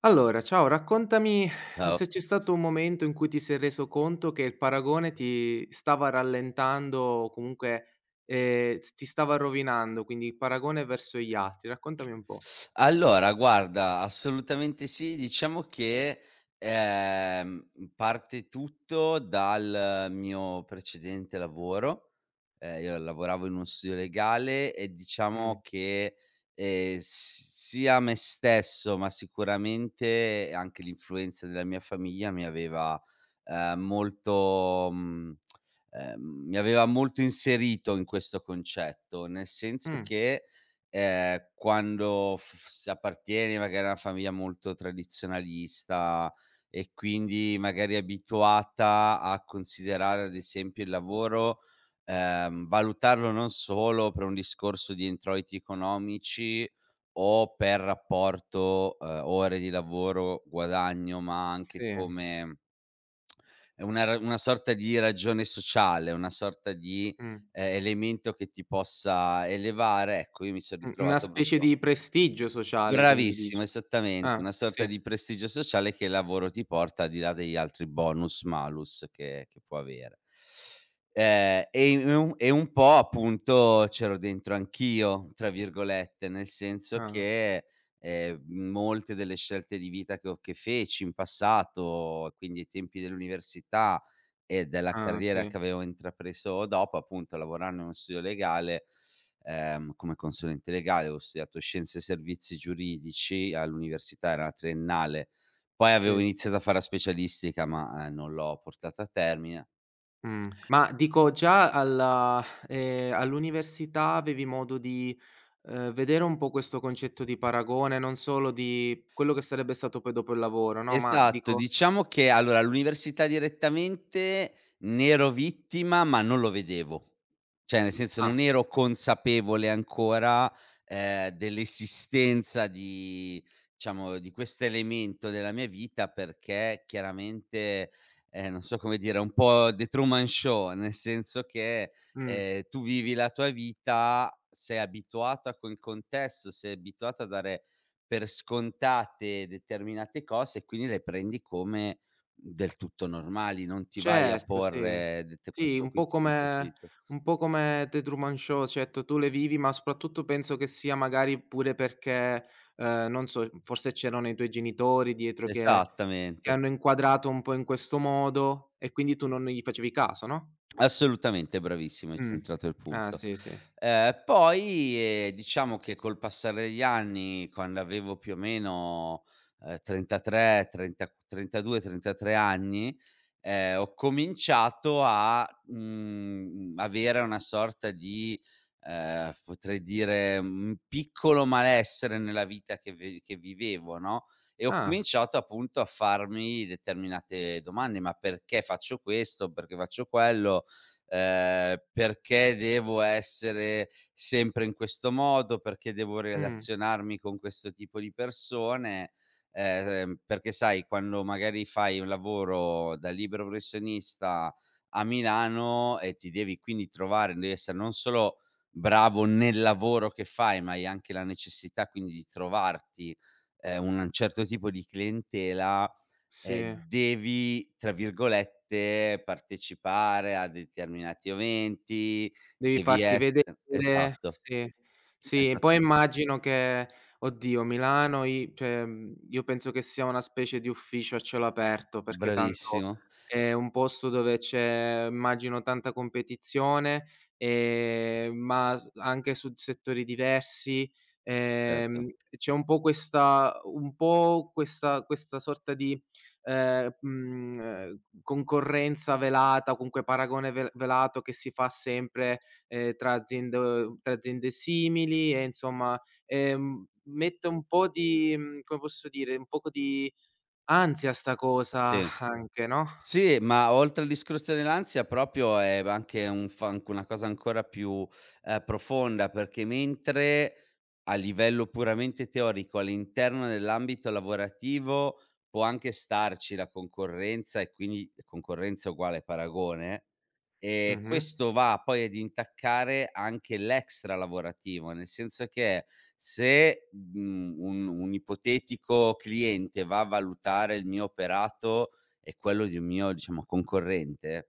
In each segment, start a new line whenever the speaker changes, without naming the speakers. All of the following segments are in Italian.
Allora, ciao, raccontami
Ciao.
se c'è stato un momento in cui ti sei reso conto che il paragone ti stava rallentando o comunque, s ti stava rovinando, quindi il paragone verso gli altri. Raccontami un po'.
Allora guarda, assolutamente sì. Diciamo che, ehm, parte tutto dal mio precedente lavoro. Io lavoravo in uno studio legale e
Mh.
diciamo che, s sia me stesso, ma sicuramente anche l'influenza della mia famiglia mi aveva, molto ehm, mi aveva molto inserito in questo concetto, nel senso
Mh.
che, quando f f si appartieni magari a una famiglia molto tradizionalista e quindi magari abituata a considerare ad esempio il lavoro, valutarlo non solo per un discorso di introiti economici o per rapporto, ore di lavoro, guadagno, ma anche
Sì.
come è una sorta di ragione sociale, una sorta di,
Mh.
elemento che ti possa elevare, ecco, io mi son
U una
ritrovato
specie
proprio.
di prestigio sociale, quindi
Bravissimo,
dici.
esattamente,
Ah,
una sorta
sì.
di prestigio sociale che il lavoro ti porta al di là degli altri bonus, malus che può avere. E un po' appunto c'ero dentro anch'io, tra virgolette, nel senso
Ah,
che, molte delle scelte di vita che feci in passato, quindi ai tempi dell'università e della
ah,
carriera
sì,
che avevo intrapreso dopo, appunto lavorando in uno studio legale, come consulente legale, avevo studiato scienze e servizi giuridici all'università, era la triennale, poi avevo
sì.
iniziato a fare la specialistica ma, non l'ho portata a termine.
Mh. Ma dico, già alla all'università avevi modo di, vedere un po' questo concetto di paragone, non solo di quello che sarebbe stato poi dopo il lavoro, no, ma
Esatto,
dico.
diciamo che allora all'università direttamente ne ero vittima, ma non lo vedevo. Cioè, nel senso, non
Ah,
ero consapevole ancora, dell'esistenza di, diciamo, di questo elemento della mia vita, perché chiaramente, non so come dire, un po' The Truman Show, nel senso che,
mh,
tu vivi la tua vita, sei abituato a quel contesto, sei abituato a dare per scontate determinate cose e quindi le prendi come del tutto normali, non ti vai a
certo, sì.
porre, dette
Sì,
questo
un
qui
po'
tipo di
come
quesito.
un po' come The Truman Show, certo, tu le vivi, ma soprattutto penso che sia magari pure perché, non so, forse c'erano i tuoi genitori dietro che ti
Esattamente.
hanno inquadrato un po' in questo modo e quindi tu non gli facevi caso, no?
Assolutamente, bravissimo, hai
Mh.
centrato il
Ah,
punto.
sì, sì.
Poi, diciamo che col passare degli anni, quando avevo più o meno, 33, 30 32, 33 anni, ho cominciato a, avere una sorta di, potrei dire, un piccolo malessere nella vita che vivevo, no, e ho
Ah,
cominciato appunto a farmi determinate domande: "Ma perché faccio questo? Perché faccio quello?" Perché devo essere sempre in questo modo, perché devo
mh,
relazionarmi con questo tipo di persone, perché sai quando magari fai un lavoro da libero professionista a Milano e ti devi quindi trovare, devi essere non solo bravo nel lavoro che fai, ma hai anche la necessità quindi di trovarti, un certo tipo di clientela,
sì.
devi, tra virgolette, "partecipare" a determinati eventi,
Devi
devi
farti
ess
vedere,
esatto,
sì, sì, e poi
esattamente.
immagino che, oddio, Milano, i cioè, io penso che sia una specie di ufficio a cielo aperto, perché tanto
Bravissimo,
è un posto dove c'è, immagino, tanta competizione, ma s anche su settori diversi,
certo.
ehm, c'è un po' questa questa sorta di, concorrenza velata, comunque paragone ve velato che si fa sempre, tra aziende simili, e insomma, mette un po' di, come posso dire, un poco di ansia sta cosa
Sì.
anche, no?
Sì, ma oltre al discorso dell'ansia proprio è anche un fa anche una cosa ancora più, profonda, perché mentre a livello puramente teorico all'interno dell'ambito lavorativo può anche starci la concorrenza e quindi concorrenza uguale paragone.
Mh-mh,
Questo va poi ad intaccare anche l'extra lavorativo, nel senso che se, un ipotetico cliente va a valutare il mio operato e quello di un mio, diciamo, concorrente.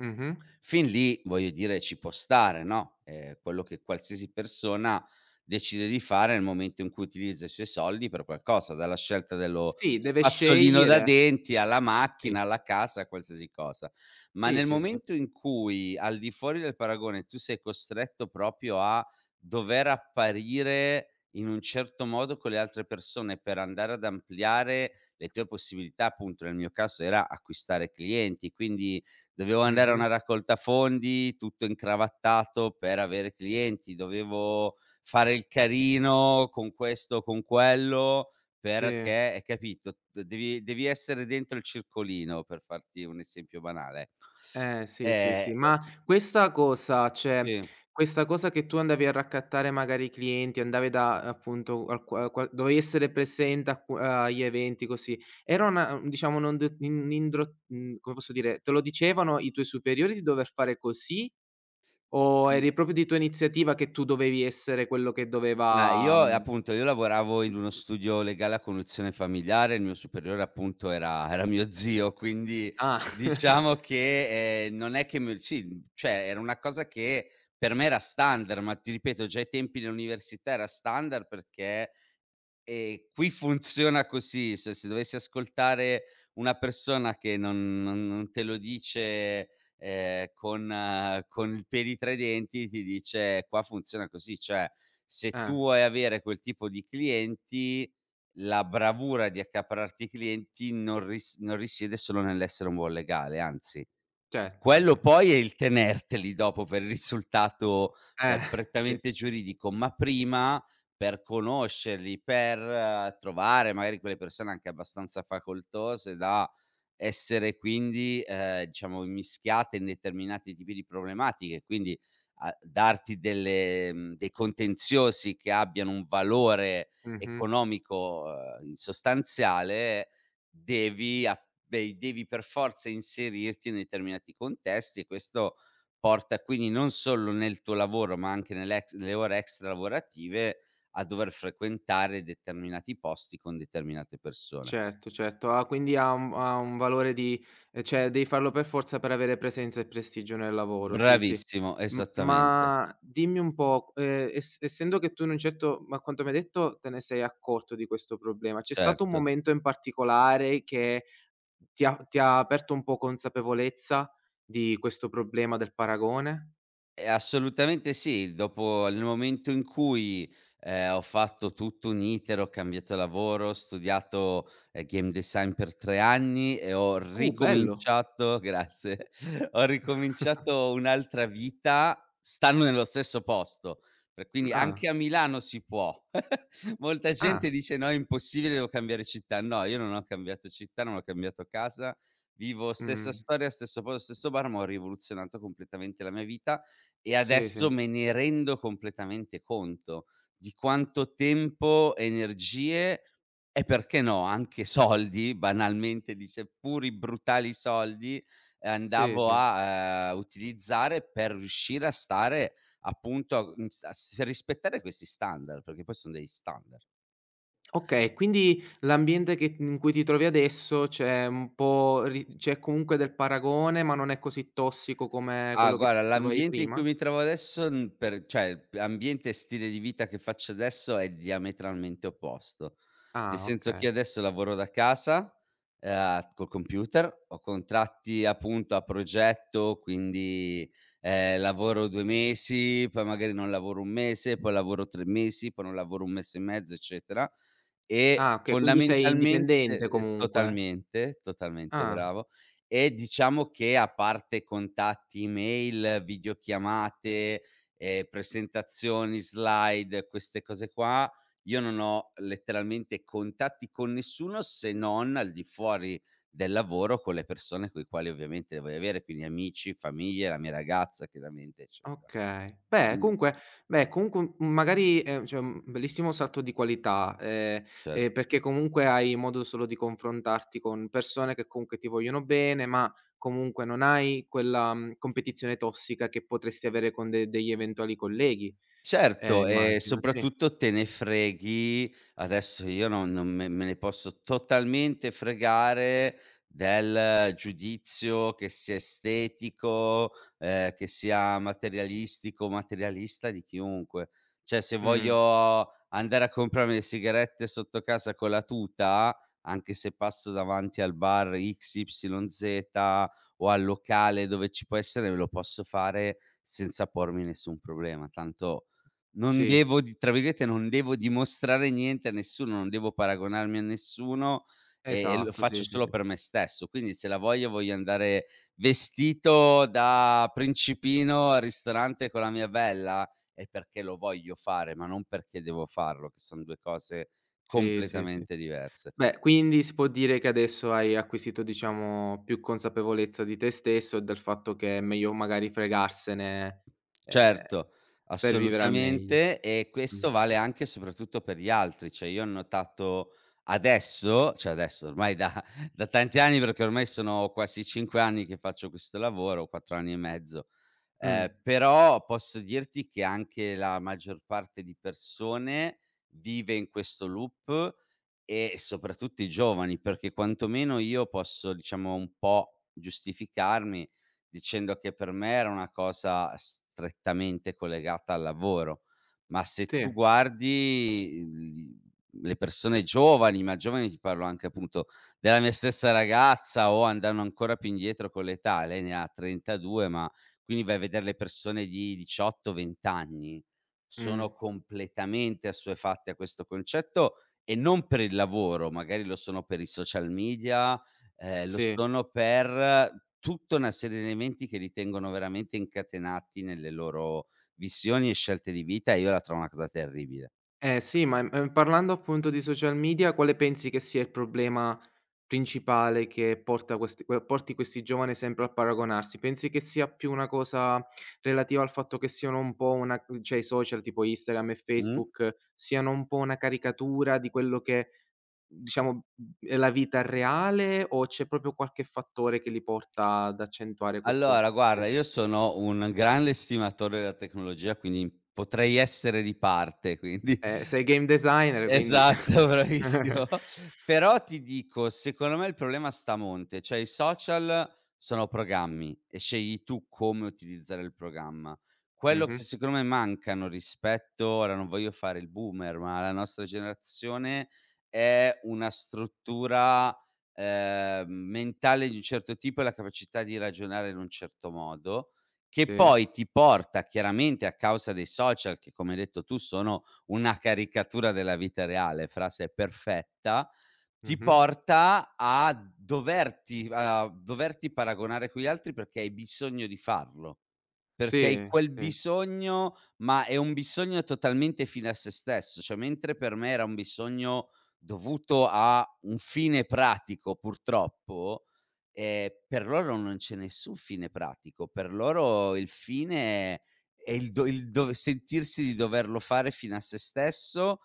mh-mh.
Fin lì, voglio dire, ci può stare, no, è quello che qualsiasi persona decide di fare nel momento in cui utilizza i suoi soldi per qualcosa, dalla scelta dello
Sì, deve
spazzolino da
scegliere.
denti alla macchina,
Sì,
alla casa, a qualsiasi cosa. Ma
sì,
nel
sì, sì.
momento in cui, al di fuori del paragone, tu sei costretto proprio a dover apparire in un certo modo con le altre persone per andare ad ampliare le tue possibilità, appunto nel mio caso era acquistare clienti. Quindi dovevo andare a una
Mh-mh,
raccolta fondi, tutto incravattato per avere clienti, dovevo fare il carino con questo, con quello,
sì.
perché hai capito, d devi devi essere dentro il circolino, per farti un esempio banale.
Sì, sì, sì.
E
Ma
qui, sì.
questa cosa che tu andavi a raccattare magari i clienti, andavi da appunto al qua qua dovevi essere presente a qu agli eventi così, era una diciamo non d in indro mhmm, come posso dire, te lo dicevano i tuoi superiori di dover fare così, o
Mh.
eri proprio di tua iniziativa che tu dovevi essere quello che
Beh, io
doveva mhmm,
appunto, io lavoravo in uno studio legale a conduzione familiare, il mio superiore appunto era mio zio. Quindi
ah.
diciamo che, non è che mi, sì, cioè era una cosa che per me era standard, ma ti ripeto già ai tempi dell'università era standard perché, qui funziona così, se se dovessi ascoltare una persona che non te lo dice, con il peli tra i denti, ti dice: "Qua funziona così." Cioè, se tu
Eh,
vuoi avere quel tipo di clienti, la bravura di accaparrarti i clienti non risiede solo nell'essere un buon legale, anzi
certo, sì,
quello
sì.
poi è il tenerteli dopo per il risultato,
Eh, sì.
prettamente giuridico, ma prima per conoscerli, per trovare magari quelle persone anche abbastanza facoltose da essere quindi, diciamo, immischiate in determinati tipi di problematiche, quindi a darti delle dei contenziosi che abbiano un valore
Mh-mh.
economico, sostanziale. Devi a beh, devi per forza inserirti in determinati contesti e questo porta quindi non solo nel tuo lavoro, ma anche nell'ex nelle ore extra lavorative a dover frequentare determinati posti con determinate persone.
Certo, certo. Ah, quindi ha un valore di, cioè devi farlo per forza per avere presenza e prestigio nel lavoro, sì, sì.
Bravissimo,
M
esattamente.
ma dimmi un po', essendo che tu, in un certo ma a quanto mi hai detto, te ne sei accorto di questo problema, c'è stato un
Certo.
momento in particolare che ti ha aperto un po' consapevolezza di questo problema del paragone?
Assolutamente sì. Dopo nel momento in cui, ho fatto tutto un iter, ho cambiato lavoro, ho studiato, game design per 3 anni e ho
Bello.
ricominciato grazie, ho ricominciato un'altra vita stando nello stesso posto. Per quindi
Ah,
anche a Milano si può. Molta gente
ah,
dice: "No, è impossibile, devo cambiare città." No, io non ho cambiato città, non ho cambiato casa, vivo stessa
mh.
storia, stesso posto, stesso bar, ma ho rivoluzionato completamente la mia vita e
Sì, sì.
adesso me ne rendo completamente conto di quanto tempo, energie e perché no, anche soldi, banalmente, di seppur i brutali soldi,
Sì,
andavo
sì.
a, utilizzare per riuscire a stare appunto a, mhmm, s a s rispettare questi standard, perché poi son degli standard.
Okay, quindi l'ambiente che in cui ti trovi adesso, c'è un po' ri c'è comunque del paragone, ma non è così tossico come
Ah,
quello che ti
guarda,
trovavi
l'ambiente in cui
prima?
mi trovo adesso, n per cioè, ambiente e stile di vita che faccio adesso è diametralmente opposto. Nel
Ah,
senso che
okay.
io adesso lavoro da casa, col computer, ho contratti appunto a progetto, quindi, lavoro 2 mesi, poi magari non lavoro 1 mese, poi lavoro 3 mesi, poi non lavoro 1 mese e mezzo, eccetera. E
Ah, okay, quindi sei
fondamentalmente,
indipendente comunque.
totalmente, totalmente
Ah.
bravo. E diciamo che a parte contatti email, videochiamate, presentazioni, slide, queste cose qua, io non ho letteralmente contatti con nessuno, se non al di fuori del lavoro con le persone coi quali ovviamente le vuoi avere, quindi amici, famiglie, la mia ragazza chiaramente, eccetera.
Okay. Beh,
Mh.
comunque beh, comunque m magari è un bellissimo salto di qualità,
cer
perché comunque hai modo solo di confrontarti con persone che comunque ti vogliono bene, ma comunque non hai quella, competizione tossica che potresti avere con de degli eventuali colleghi,
Certo, e
immagino, sì.
soprattutto te ne freghi adesso, io non me ne posso totalmente fregare del giudizio, che sia estetico, che sia materialistico, materialista, di chiunque. Cioè, se
Mh,
voglio andare a comprarmi le sigarette sotto casa con la tuta, anche se passo davanti al bar XYZ o al locale dove ci può essere, lo posso fare senza pormi nessun problema. Tanto non
sì,
devo di, tra virgolette, "non devo dimostrare niente a nessuno, non devo paragonarmi a nessuno e lo
esatto,
faccio
sì, sì,
solo
sì.
per me stesso". Quindi se la voglio, voglio andare vestito da principino al ristorante con la mia bella, è perché lo voglio fare, ma non perché devo farlo, che son 2 cose
Sì, sì, sì.
completamente diverse.
Beh, quindi si può dire che adesso hai acquisito, diciamo, più consapevolezza di te stesso e del fatto che è meglio magari fregarsene, ehm,
Certo,
per vivere al meglio.
assolutamente, e
Mh.
questo vale anche e soprattutto per gli altri. Cioè io ho notato adesso, cioè adesso ormai da da tanti anni, perché ormai sono quasi 5 anni che faccio questo lavoro, 4 anni e mezzo.
Mh.
Però posso dirti che anche la maggior parte di persone vive in questo loop, e soprattutto i giovani, perché quantomeno io posso, diciamo, un po' giustificarmi dicendo che per me era una cosa strettamente collegata al lavoro. Ma se
Sì.
tu guardi l le persone giovani, ma giovani ti parlo anche appunto della mia stessa ragazza o andando ancora più indietro con l'età, lei ne ha 32, ma quindi vai a vedere le persone di 18, 20 anni,
Mh.
sono completamente assuefatte a questo concetto e non per il lavoro, magari lo sono per i social media, lo
Sì.
sono per tutta una serie di elementi che li tengono veramente incatenati nelle loro visioni e scelte di vita, e io la trovo una cosa terribile.
Eh sì, ma, parlando appunto di social media, quale pensi che sia il problema principale che porta, questi que porti questi giovani sempre a paragonarsi? Pensi che sia più una cosa relativa al fatto che siano un po' una cioè i social tipo Instagram e
Mh?
Facebook siano un po' una caricatura di quello che, diciamo, è la vita reale, o c'è proprio qualche fattore che li porta ad accentuare questo?
Allora guarda,
Ce
io sono un grande estimatore della tecnologia, quindi potrei essere di parte, quindi
Eh, sei game designer quindi.
esatto, bravissimo. Però ti dico, secondo me il problema sta a monte, cioè i social sono programmi e scegli tu come utilizzare il programma. Quello
Mh-mh.
che secondo me mancano rispetto, ora non voglio fare il boomer, ma la nostra generazione è una struttura, mentale di un certo tipo e la capacità di ragionare in un certo modo, che
Sì.
poi ti porta chiaramente a causa dei social che, come hai detto tu, sono una caricatura della vita reale, frase perfetta, ti
Mh-mh.
porta a doverti paragonare con gli altri perché hai bisogno di farlo. Perché hai
Sì,
quel
sì.
bisogno, ma è un bisogno totalmente fine a se stesso, cioè mentre per me era un bisogno dovuto a un fine pratico purtroppo, per loro non c'è nessun fine pratico, per loro il fine è il dove sentirsi di doverlo fare fine a se stesso.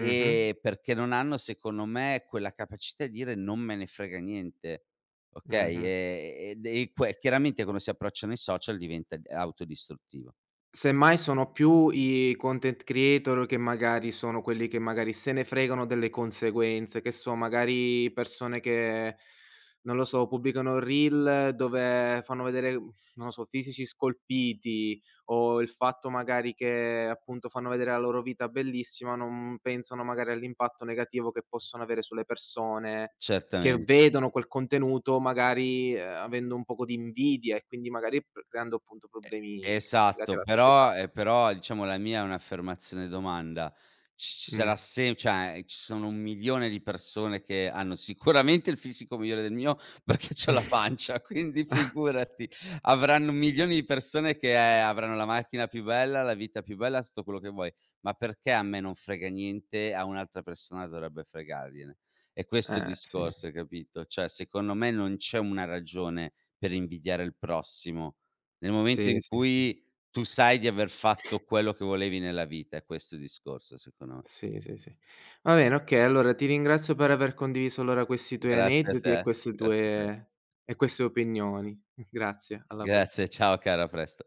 Mh-mh,
Perché non hanno secondo me quella capacità di dire: "Non me ne frega niente", okay,
mh-mh.
ed e que chiaramente quando si approcciano ai social diventa autodistruttivo.
Semmai sono più i content creator che magari sono quelli che magari se ne fregano delle conseguenze, che so, magari persone che, non lo so, pubblicano reel dove fanno vedere, non lo so, fisici scolpiti, o il fatto magari che appunto fanno vedere la loro vita bellissima, non pensano magari all'impatto negativo che possono avere sulle persone che
Certamente.
vedono quel contenuto, magari, avendo un poco di invidia, e quindi magari p creando appunto problemi legati
Esatto,
alla
però
società.
però diciamo la mia è un'affermazione domanda. Ci ci
Mh.
sarà sem cioè ci sono 1.000.000 di persone che hanno sicuramente il fisico migliore del mio, perché c'ho la pancia, quindi figurati. Avranno milioni di persone che avranno la macchina più bella, la vita più bella, tutto quello che vuoi, ma perché a me non frega niente, a un'altra persona dovrebbe fregargliene? È questo è il
Sì.
discorso, hai capito? Cioè secondo me non c'è una ragione per invidiare il prossimo. Nel momento
Sì,
in
sì, sì.
cui tu sai di aver fatto quello che volevi nella vita, è questo il discorso secondo me.
Sì, sì, sì. Va bene, okay, allora ti ringrazio per aver condiviso allora questi tuoi
Grazie a
aneddoti e
te,
queste
grazie a te.
tue e queste opinioni. Grazie, alla
Grazie,
prossima.
ciao cara, a presto.